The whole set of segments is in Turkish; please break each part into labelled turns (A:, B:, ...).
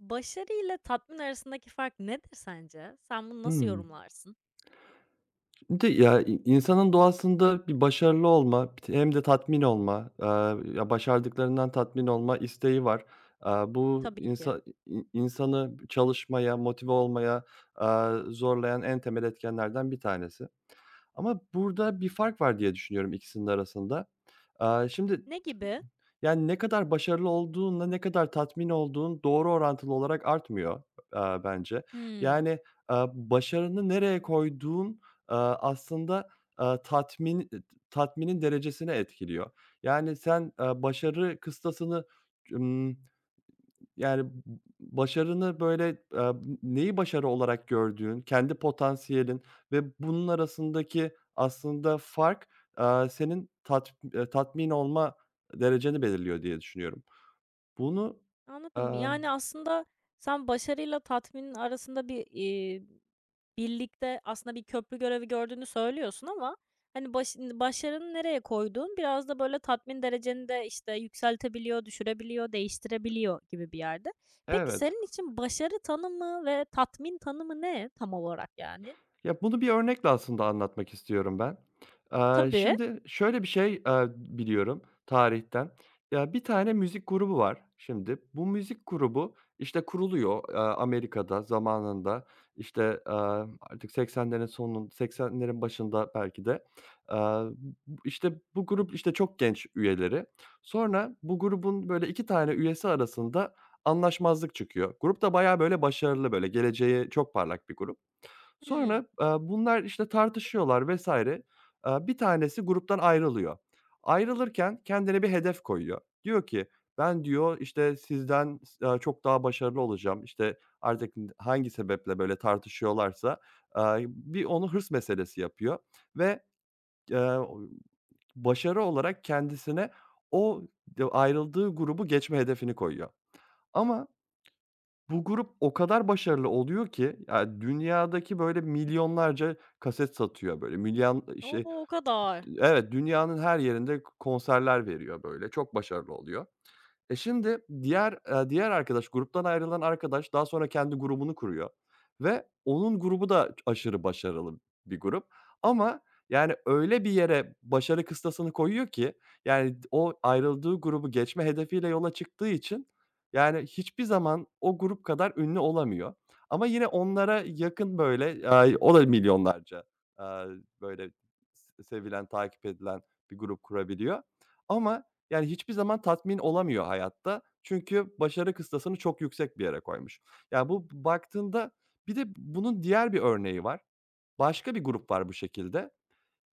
A: Başarı ile tatmin arasındaki fark nedir sence? Sen bunu nasıl
B: Hımm.
A: yorumlarsın?
B: Bir de ya, insanın doğasında bir başarılı olma, bir t hem de tatmin olma, ya, başardıklarından tatmin olma isteği var. Aaa, bu
A: Tabii ki.
B: insa i i insanı çalışmaya, motive olmaya, zorlayan en temel etkenlerden bir tanesi. Ama burada bir fark var diye düşünüyorum ikisinin arasında. Şimdi
A: Ne gibi?
B: yani, ne kadar başarılı olduğunla ne kadar tatmin olduğun doğru orantılı olarak artmıyor, bence.
A: Hımm,
B: Yani, başarını nereye koyduğun, aslında, aaa, tatmin e, tatminin derecesini etkiliyor. Yani, sen, başarı kıstasını, yani, başarını, böyle, neyi başarı olarak gördüğün, kendi potansiyelin ve bunun arasındaki aslında fark, aaa, senin tat tatmin olma dereceni belirliyor diye düşünüyorum. Bunu,
A: anladım.
B: aaa
A: Yani, aslında sen başarıyla tatminin arasında birlikte aslında bir köprü görevi gördüğünü söylüyorsun ama, hani, başarını nereye koyduğun biraz da, böyle, tatmin dereceni de, işte, yükseltebiliyor, düşürebiliyor, değiştirebiliyor gibi bir yerde. Peki,
B: Evet.
A: senin için başarı tanımı ve tatmin tanımı ne tam olarak yani?
B: Ya, bunu bir örnekle aslında anlatmak istiyorum ben.
A: Tabii.
B: Şimdi şöyle bir şey, biliyorum tarihten. Ya, bir tane müzik grubu var şimdi. Bu müzik grubu, işte, kuruluyor, Amerika'da zamanında, işte, artık 80'lerin başında belki de. Eee, işte, bu grup, işte, çok genç üyeleri. Sonra bu grubun, böyle, 2 tane üyesi arasında anlaşmazlık çıkıyor. Grup da bayağı, böyle, başarılı, böyle, geleceği çok parlak bir grup.
A: Hıı.
B: Sonra, bunlar, işte, tartışıyorlar vesaire. Bir tanesi gruptan ayrılıyor. Ayrılırken kendine bir hedef koyuyor. Diyor ki, "Ben" diyor, "işte, sizden çok daha başarılı olacağım." İşte, artık hangi sebeple böyle tartışıyorlarsa, bir onu hırs meselesi yapıyor ve, eee, başarı olarak kendisine o ayrıldığı grubu geçme hedefini koyuyor. Ama bu grup o kadar başarılı oluyor ki, ya, dünyadaki, böyle, milyonlarca kaset satıyor, böyle, milyon
A: O!
B: şey.
A: O kadar.
B: Evet, dünyanın her yerinde konserler veriyor, böyle, çok başarılı oluyor. Şimdi diğer, arkadaş, gruptan ayrılan arkadaş daha sonra kendi grubunu kuruyor ve onun grubu da aşırı başarılı bir grup, ama yani öyle bir yere başarı kıstasını koyuyor ki yani o ayrıldığı grubu geçme hedefiyle yola çıktığı için yani hiçbir zaman o grup kadar ünlü olamıyor. Ama yine onlara yakın böyle, o da milyonlarca, aaa, böyle sevilen, takip edilen bir grup kurabiliyor ama yani, hiçbir zaman tatmin olamıyor hayatta. Çünkü başarı kıstasını çok yüksek bir yere koymuş. Yani bu baktığında bir de bunun diğer bir örneği var. Başka bir grup var bu şekilde.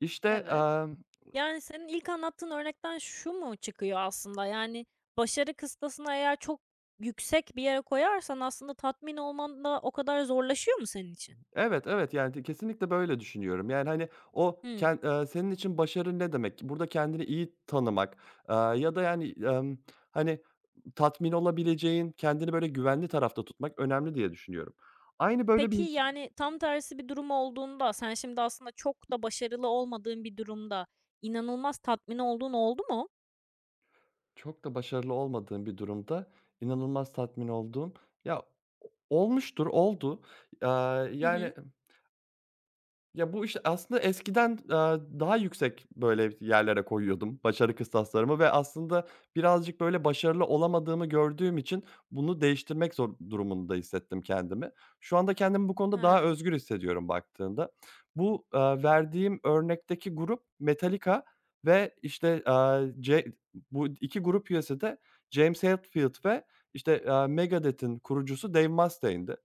B: İşte,
A: Evet. Yani, senin ilk anlattığın örnekten şu mu çıkıyor aslında? Yani, başarı kıstasını eğer çok yüksek bir yere koyarsan aslında tatmin olman da o kadar zorlaşıyor mu senin için?
B: Evet, evet, yani, kesinlikle böyle düşünüyorum. Yani, hani, o
A: Hımm.
B: ken senin için başarı ne demek? Burada kendini iyi tanımak, ya da, yani, hani, tatmin olabileceğin, kendini böyle güvenli tarafta tutmak önemli diye düşünüyorum. Aynı böyle
A: Peki,
B: bir...
A: yani, tam tersi bir durum olduğunda sen şimdi aslında çok da başarılı olmadığın bir durumda inanılmaz tatmin olduğun oldu mu?
B: Çok da başarılı olmadığım bir durumda inanılmaz tatmin olduğum... Ya, olmuştur, oldu.
A: Hı
B: Yani
A: hı.
B: ya, bu işte aslında eskiden, daha yüksek böyle yerlere koyuyordum başarı kıstaslarımı ve aslında birazcık böyle başarılı olamadığımı gördüğüm için bunu değiştirmek zor durumunda hissettim kendimi. Şu anda kendimi bu konuda daha
A: Ha,
B: özgür hissediyorum baktığında. Bu, verdiğim örnekteki grup Metallica, ve işte, ce bu 2 grup üyesi de James Hetfield ve işte, Megadeth'in kurucusu Dave Mustaine'di.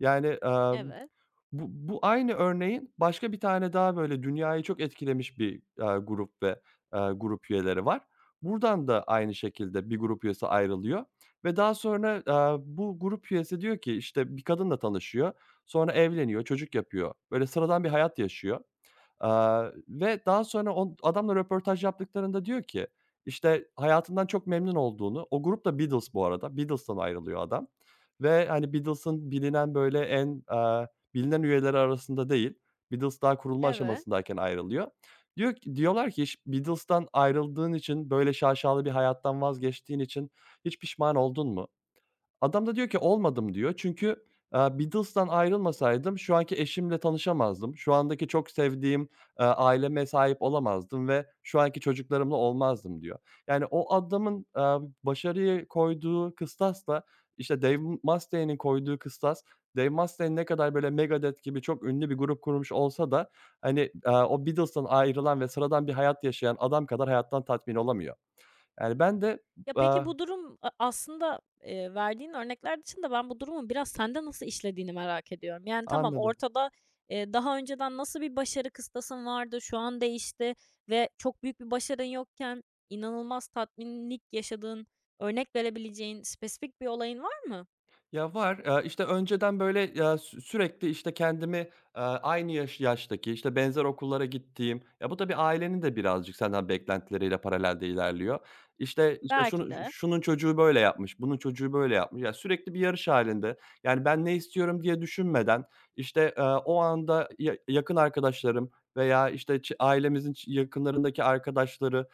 B: Yani,
A: evet.
B: bu bu aynı örneğin başka bir tane daha böyle dünyayı çok etkilemiş bir, grup ve, grup üyeleri var. Buradan da aynı şekilde bir grup üyesi ayrılıyor ve daha sonra, bu grup üyesi diyor ki, işte, bir kadınla tanışıyor, sonra evleniyor, çocuk yapıyor. Böyle sıradan bir hayat yaşıyor. Ve daha sonra on adamla röportaj yaptıklarında diyor ki, işte, hayatından çok memnun olduğunu... O grup da Beatles bu arada. Beatles'tan ayrılıyor adam ve, hani, Beatles'ın bilinen, böyle, en, bilinen üyeleri arasında değil. Beatles daha kurulma
A: Evet.
B: aşamasındayken ayrılıyor. Diyor ki, diyorlar ki, "Hiç Beatles'tan ayrıldığın için, böyle şaşalı bir hayattan vazgeçtiğin için hiç pişman oldun mu?" Adam da diyor ki olmadım diyor. Çünkü, Beatles'tan ayrılmasaydım şu anki eşimle tanışamazdım. Şu andaki çok sevdiğim, aileme sahip olamazdım ve şu anki çocuklarımla olmazdım diyor. Yani o adamın, başarıya koyduğu kıstasla, işte, Dave Mustaine'in koyduğu kıstas, Dave Mustaine ne kadar böyle Megadeth gibi çok ünlü bir grup kurmuş olsa da, hani, o Beatles'tan ayrılan ve sıradan bir hayat yaşayan adam kadar hayattan tatmin olamıyor. Yani ben de,
A: Ya,
B: aaa
A: peki bu durum aslında, verdiğin örnekler dışında ben bu durumun biraz sende nasıl işlediğini merak ediyorum. Yani, tamam,
B: Anladım.
A: ortada, daha önceden nasıl bir başarı kıstasın vardı, şu an değişti ve çok büyük bir başarın yokken inanılmaz tatminlik yaşadığın, örnek verebileceğin spesifik bir olayın var mı?
B: Ya, var. İşte, önceden, böyle, ya, sürekli, işte, kendimi, aynı yaştaki, işte, benzer okullara gittiğim... Ya, bu da bir ailenin de birazcık senden beklentileriyle paralelde ilerliyor. İşte,
A: Belki
B: şunu
A: de.
B: şunun çocuğu böyle yapmış, bunun çocuğu böyle yapmış. Ya, sürekli bir yarış halinde. Yani, ben ne istiyorum diye düşünmeden, işte, o anda ya yakın arkadaşlarım veya, işte, ailemizin yakınlarındaki arkadaşları'nın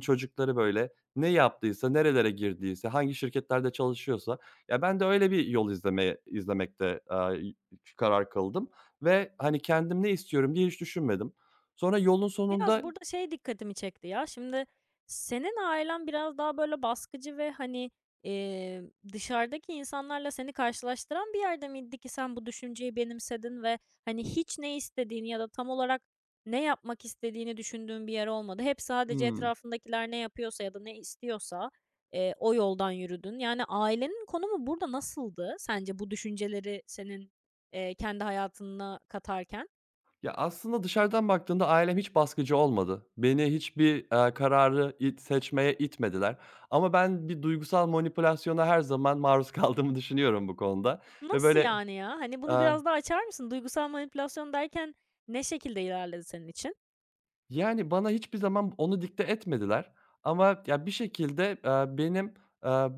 B: çocukları, böyle, ne yaptıysa, nerelere girdiyse, hangi şirketlerde çalışıyorsa ya, ben de öyle bir yol izlemekte, aaa, y karar kıldım ve, hani, kendim ne istiyorum diye hiç düşünmedim. Sonra yolun sonunda...
A: Biraz burada şey dikkatimi çekti ya. Şimdi senin ailen biraz daha böyle baskıcı ve hani, eee, dışarıdaki insanlarla seni karşılaştıran bir yerde miydi ki sen bu düşünceyi benimsedin ve hani hiç ne istediğini ya da tam olarak ne yapmak istediğini düşündüğün bir yer olmadı. Hep sadece
B: Hımm.
A: etrafındakiler ne yapıyorsa ya da ne istiyorsa, o yoldan yürüdün. Yani ailenin konumu burada nasıldı sence bu düşünceleri senin, kendi hayatına katarken?
B: Ya, aslında dışarıdan baktığımda ailem hiç baskıcı olmadı. Beni hiçbir, kararı seçmeye itmediler, ama ben bir duygusal manipülasyona her zaman maruz kaldığımı düşünüyorum bu konuda ve
A: Nasıl yani ya? Hani, bunu
B: eee
A: biraz daha açar mısın? Duygusal manipülasyon derken ne şekilde ilerledi senin için?
B: Yani, bana hiçbir zaman onu dikte etmediler, ama ya, bir şekilde, benim, eee,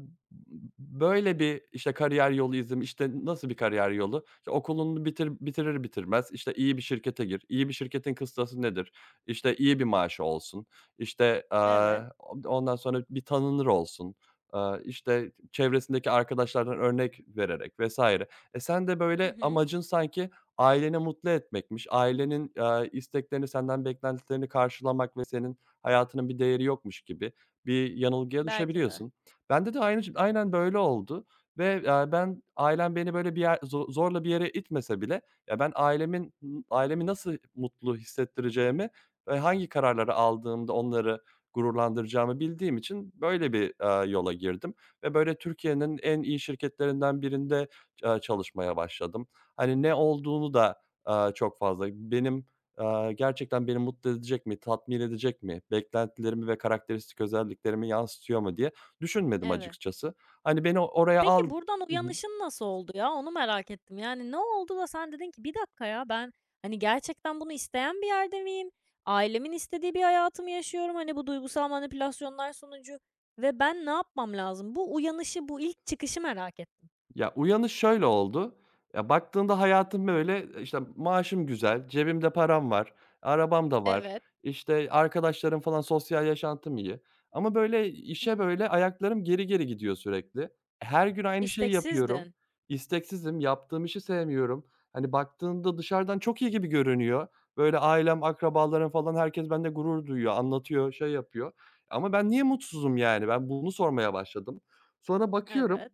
B: böyle bir, işte, kariyer yolu izim işte, nasıl bir kariyer yolu? İşte, okulunu bitirmez, işte, iyi bir şirkete gir. İyi bir şirketin kıstası nedir? İşte, iyi bir maaşı olsun, İşte eee,
A: Evet.
B: ondan sonra bir tanınır olsun, işte, çevresindeki arkadaşlardan örnek vererek vesaire. Sen de
A: Hı
B: böyle
A: hı.
B: amacın sanki aileni mutlu etmekmiş. Ailenin, isteklerini, senden beklentilerini karşılamak ve senin hayatının bir değeri yokmuş gibi bir yanılgıya
A: Belki de.
B: düşebiliyorsun. Bende de aynı ş aynen böyle oldu ve, ben ailem beni böyle bir yer zo zorla bir yere itmese bile ya, ben ailemi nasıl mutlu hissettireceğimi ve hangi kararları aldığımda onları gururlandıracağımı bildiğim için böyle bir, yola girdim ve böyle Türkiye'nin en iyi şirketlerinden birinde, çalışmaya başladım. Hani, ne olduğunu da, çok fazla benim, gerçekten beni mutlu edecek mi, tatmin edecek mi, beklentilerimi ve karakteristik özelliklerimi yansıtıyor mu diye düşünmedim
A: Evet.
B: açıkçası. Hani, beni oraya
A: Peki,
B: al...
A: buradan uyanışın nasıl oldu ya? Onu merak ettim. Yani, ne oldu da sen dedin ki, "Bir dakika ya, ben, hani, gerçekten bunu isteyen bir yerde miyim? Ailemin istediği bir hayatımı yaşıyorum, hani, bu duygusal manipülasyonlar sonucu ve ben ne yapmam lazım?" Bu uyanışı, bu ilk çıkışı merak ettim.
B: Ya, uyanış şöyle oldu. Ya, baktığında hayatım böyle, işte, maaşım güzel, cebimde param var, arabam da var,
A: Evet.
B: işte, arkadaşlarım falan, sosyal yaşantım iyi, ama böyle işe böyle ayaklarım geri geri gidiyor sürekli. Her gün aynı şeyi yapıyorum.
A: İsteksizdin.
B: İsteksizim, yaptığım işi sevmiyorum. Hani, baktığında dışarıdan çok iyi gibi görünüyor. Böyle ailem, akrabalarım falan herkes bende gurur duyuyor, anlatıyor, şey yapıyor, ama ben niye mutsuzum yani? Ben bunu sormaya başladım. Sonra bakıyorum
A: Evet.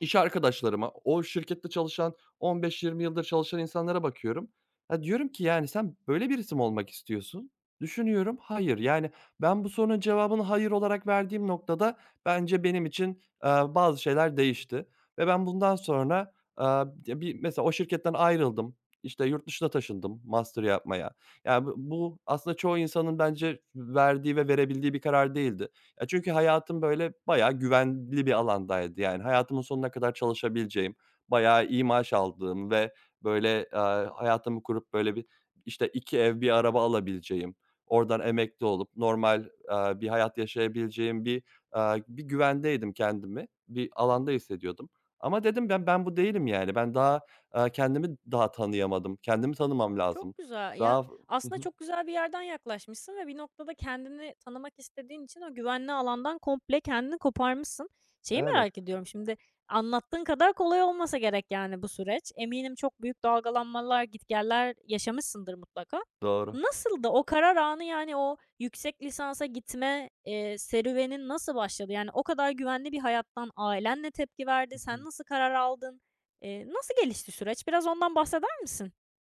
B: İş arkadaşlarıma, o şirkette çalışan 15-20 yıldır çalışan insanlara bakıyorum. Ya, diyorum ki, yani, sen böyle birisi mi olmak istiyorsun? Düşünüyorum, hayır. Yani, ben bu sorunun cevabını hayır olarak verdiğim noktada bence benim için, bazı şeyler değişti ve ben bundan sonra, ya, bir mesela o şirketten ayrıldım, işte, yurt dışına taşındım master yapmaya. Yani bu aslında çoğu insanın bence verdiği ve verebildiği bir karar değildi. Ya, çünkü hayatım, böyle, bayağı güvenli bir alandaydı. Yani hayatımın sonuna kadar çalışabileceğim, bayağı iyi maaş aldığım ve, böyle, eee, hayatımı kurup, böyle, bir, işte, 2 ev, bir araba alabileceğim, oradan emekli olup normal, bir hayat yaşayabileceğim bir, bir güvendeydim kendimi, bir alanda hissediyordum. Ama dedim ben bu değilim yani. Ben daha, kendimi daha tanıyamadım. Kendimi tanımam lazım.
A: Çok güzel. Ya,
B: Daha... Hı
A: aslında
B: hı.
A: çok güzel bir yerden yaklaşmışsın ve bir noktada kendini tanımak istediğin için o güvenli alandan komple kendini koparmışsın. Şeyi
B: Evet,
A: merak ediyorum şimdi, anlattığın kadar kolay olmasa gerek, yani, bu süreç. Eminim çok büyük dalgalanmalar, gitgeller yaşamışsındır mutlaka.
B: doğru.
A: Nasıldı o karar anı, yani, o yüksek lisansa gitme, serüvenin nasıl başladı? Yani, o kadar güvenli bir hayattan ailen ne tepki
B: Hı
A: verdi? Sen
B: hı.
A: nasıl karar aldın? Nasıl gelişti süreç? Biraz ondan bahseder misin?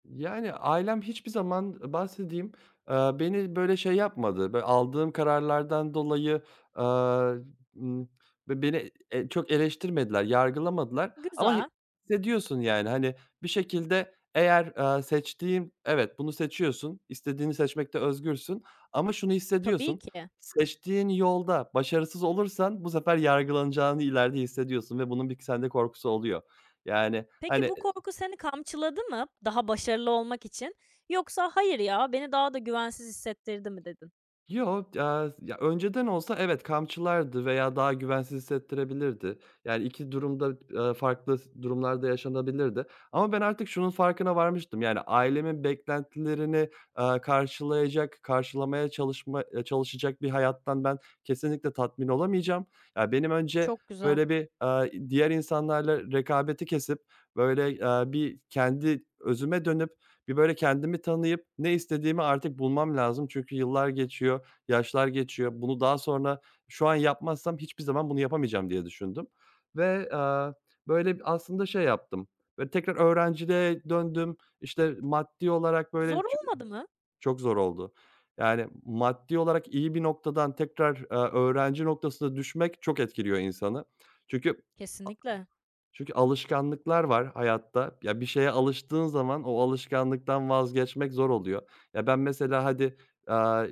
B: Yani, ailem hiçbir zaman bahsedeyim, beni böyle şey yapmadı. Böyle aldığım kararlardan dolayı, aaa, ımm, be beni, çok eleştirmediler, yargılamadılar, ama
A: Güzel.
B: hissediyorsun yani, hani, bir şekilde eğer, seçtiğim... Evet, bunu seçiyorsun, istediğini seçmekte özgürsün ama şunu
A: Tabii
B: hissediyorsun,
A: ki.
B: seçtiğin yolda başarısız olursan bu sefer yargılanacağını ileride hissediyorsun ve bunun bir sende korkusu oluyor. Yani,
A: Peki
B: hani...
A: bu korku seni kamçıladı mı daha başarılı olmak için? Yoksa hayır ya beni daha da güvensiz hissettirdi mi dedin?
B: Yo, ya, önceden olsa evet kamçılardı veya daha güvensiz hissettirebilirdi. Yani 2 durumda, farklı durumlarda yaşanabilirdi, ama ben artık şunun farkına varmıştım. Yani ailemin beklentilerini, karşılayacak, karşılamaya çalışma çalışacak bir hayattan ben kesinlikle tatmin olamayacağım. Ya, benim önce
A: Çok güzel.
B: böyle bir, diğer insanlarla rekabeti kesip, böyle, bir kendi özüme dönüp, bir böyle kendimi tanıyıp ne istediğimi artık bulmam lazım. Çünkü yıllar geçiyor. Yaşlar geçiyor. Bunu daha sonra şu an yapmazsam hiçbir zaman bunu yapamayacağım diye düşündüm ve, böyle, aslında şey yaptım, böyle, tekrar öğrenciliğe döndüm. İşte, maddi olarak,
A: Zor
B: böyle,
A: olmadı mı?
B: çok zor oldu. Yani, maddi olarak iyi bir noktadan tekrar, öğrenci noktasına düşmek çok etkiliyor insanı. Çünkü
A: Kesinlikle.
B: Çünkü alışkanlıklar var hayatta. Ya, bir şeye alıştığın zaman o alışkanlıktan vazgeçmek zor oluyor. Ya, ben mesela hadi, aaa,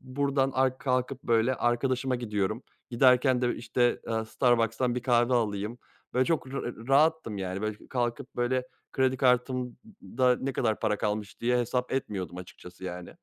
B: buradan kalkıp, böyle, arkadaşıma gidiyorum. Giderken de, işte, Starbucks'tan bir kahve alayım. Böyle, çok rahattım, yani. Böyle, kalkıp, böyle, kredi kartımda ne kadar para kalmış diye hesap etmiyordum açıkçası, yani.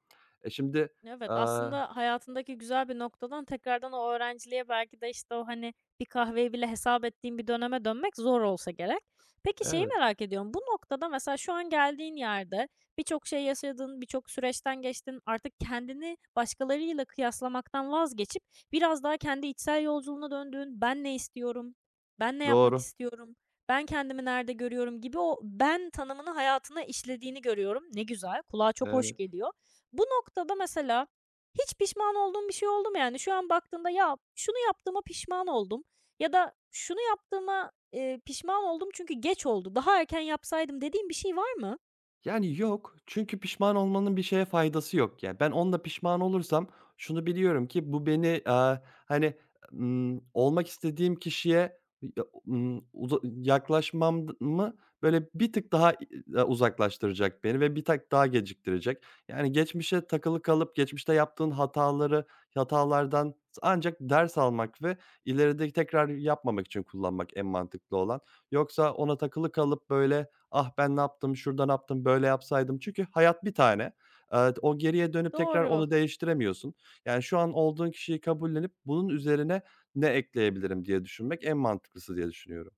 B: E, şimdi,
A: Evet,
B: aaa
A: aslında hayatındaki güzel bir noktadan tekrardan o öğrenciliğe belki de, işte, o, hani, bir kahveyi bile hesap ettiğin bir döneme dönmek zor olsa gerek. Peki şeyi
B: Evet.
A: merak ediyorum, bu noktada mesela şu an geldiğin yerde birçok şey yaşadın, birçok süreçten geçtin, artık kendini başkalarıyla kıyaslamaktan vazgeçip biraz daha kendi içsel yolculuğuna döndüğün, "Ben ne istiyorum, ben ne yapmak
B: Doğru.
A: istiyorum, ben kendimi nerede görüyorum?" gibi o ben tanımını hayatına işlediğini görüyorum. Ne güzel, kulağa çok hoş
B: Evet.
A: geliyor. Bu noktada mesela hiç pişman olduğun bir şey oldu mu? Yani şu an baktığında ya şunu yaptığıma pişman oldum ya da şunu yaptığıma, pişman oldum çünkü geç oldu, daha erken yapsaydım dediğin bir şey var mı?
B: Yani, yok. Çünkü pişman olmanın bir şeye faydası yok. Yani ben onda pişman olursam şunu biliyorum ki bu beni, hani, olmak istediğim kişiye ya, uza yaklaşmamı böyle bir tık daha uzaklaştıracak beni ve bir tık daha geciktirecek. Yani, geçmişe takılı kalıp geçmişte yaptığın hatalardan ancak ders almak ve ileride tekrar yapmamak için kullanmak en mantıklı olan. Yoksa ona takılı kalıp böyle, "Ah, ben ne yaptım, şurada ne yaptım, böyle yapsaydım." Çünkü hayat bir tane. O geriye dönüp tekrar
A: Doğru.
B: onu değiştiremiyorsun. Yani, şu an olduğun kişiyi kabullenip bunun üzerine ne ekleyebilirim diye düşünmek en mantıklısı diye düşünüyorum.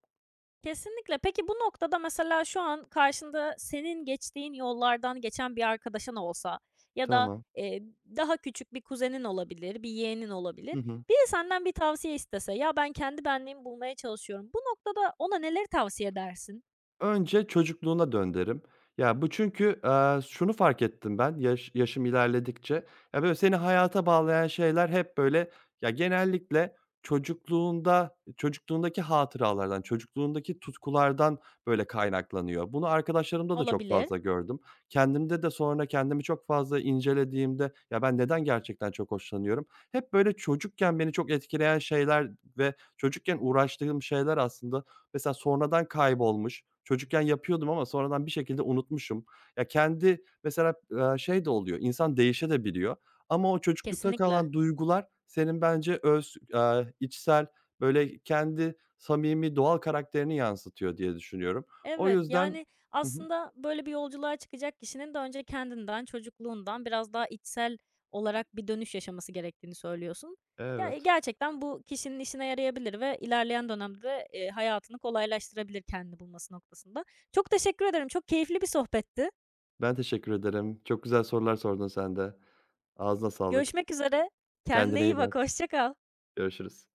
A: Kesinlikle. Peki bu noktada mesela şu an karşında senin geçtiğin yollardan geçen bir arkadaşın olsa ya da,
B: Tamam.
A: eee, daha küçük bir kuzenin olabilir, bir yeğenin olabilir.
B: Hı hı.
A: Biri senden bir tavsiye istese, "Ya, ben kendi benliğimi bulmaya çalışıyorum." Bu noktada ona neleri tavsiye edersin?
B: Önce çocukluğuna dön derim. Ya, bu çünkü, şunu fark ettim ben yaşım ilerledikçe, ya, böyle, seni hayata bağlayan şeyler hep, böyle, ya, genellikle çocukluğundaki hatıralardan, çocukluğundaki tutkulardan, böyle, kaynaklanıyor. Bunu arkadaşlarımda da çok
A: Olabilir.
B: fazla gördüm. Kendimde de sonra kendimi çok fazla incelediğimde, ya, ben neden gerçekten çok hoşlanıyorum? Hep, böyle, çocukken beni çok etkileyen şeyler ve çocukken uğraştığım şeyler aslında... Mesela sonradan kaybolmuş. Çocukken yapıyordum ama sonradan bir şekilde unutmuşum. Ya, kendi mesela, şey de oluyor, insan değişebiliyor, ama o çocuklukta
A: Kesinlikle.
B: kalan duygular senin bence içsel, böyle, kendi samimi, doğal karakterini yansıtıyor diye düşünüyorum. O
A: Evet,
B: yüzden...
A: yani,
B: Hı hı.
A: aslında böyle bir yolculuğa çıkacak kişinin de önce kendinden, çocukluğundan biraz daha içsel olarak bir dönüş yaşaması gerektiğini söylüyorsun. Ya,
B: Evet.
A: gerçekten bu kişinin işine yarayabilir ve ilerleyen dönemde de, hayatını kolaylaştırabilir kendini bulması noktasında. Çok teşekkür ederim, çok keyifli bir sohbetti.
B: Ben teşekkür ederim. Çok güzel sorular sordun sen de. Ağzına sağlık.
A: Görüşmek üzere,
B: Kendine
A: kendine
B: iyi
A: iyi
B: bak.
A: bak, hoşça kal.
B: Görüşürüz.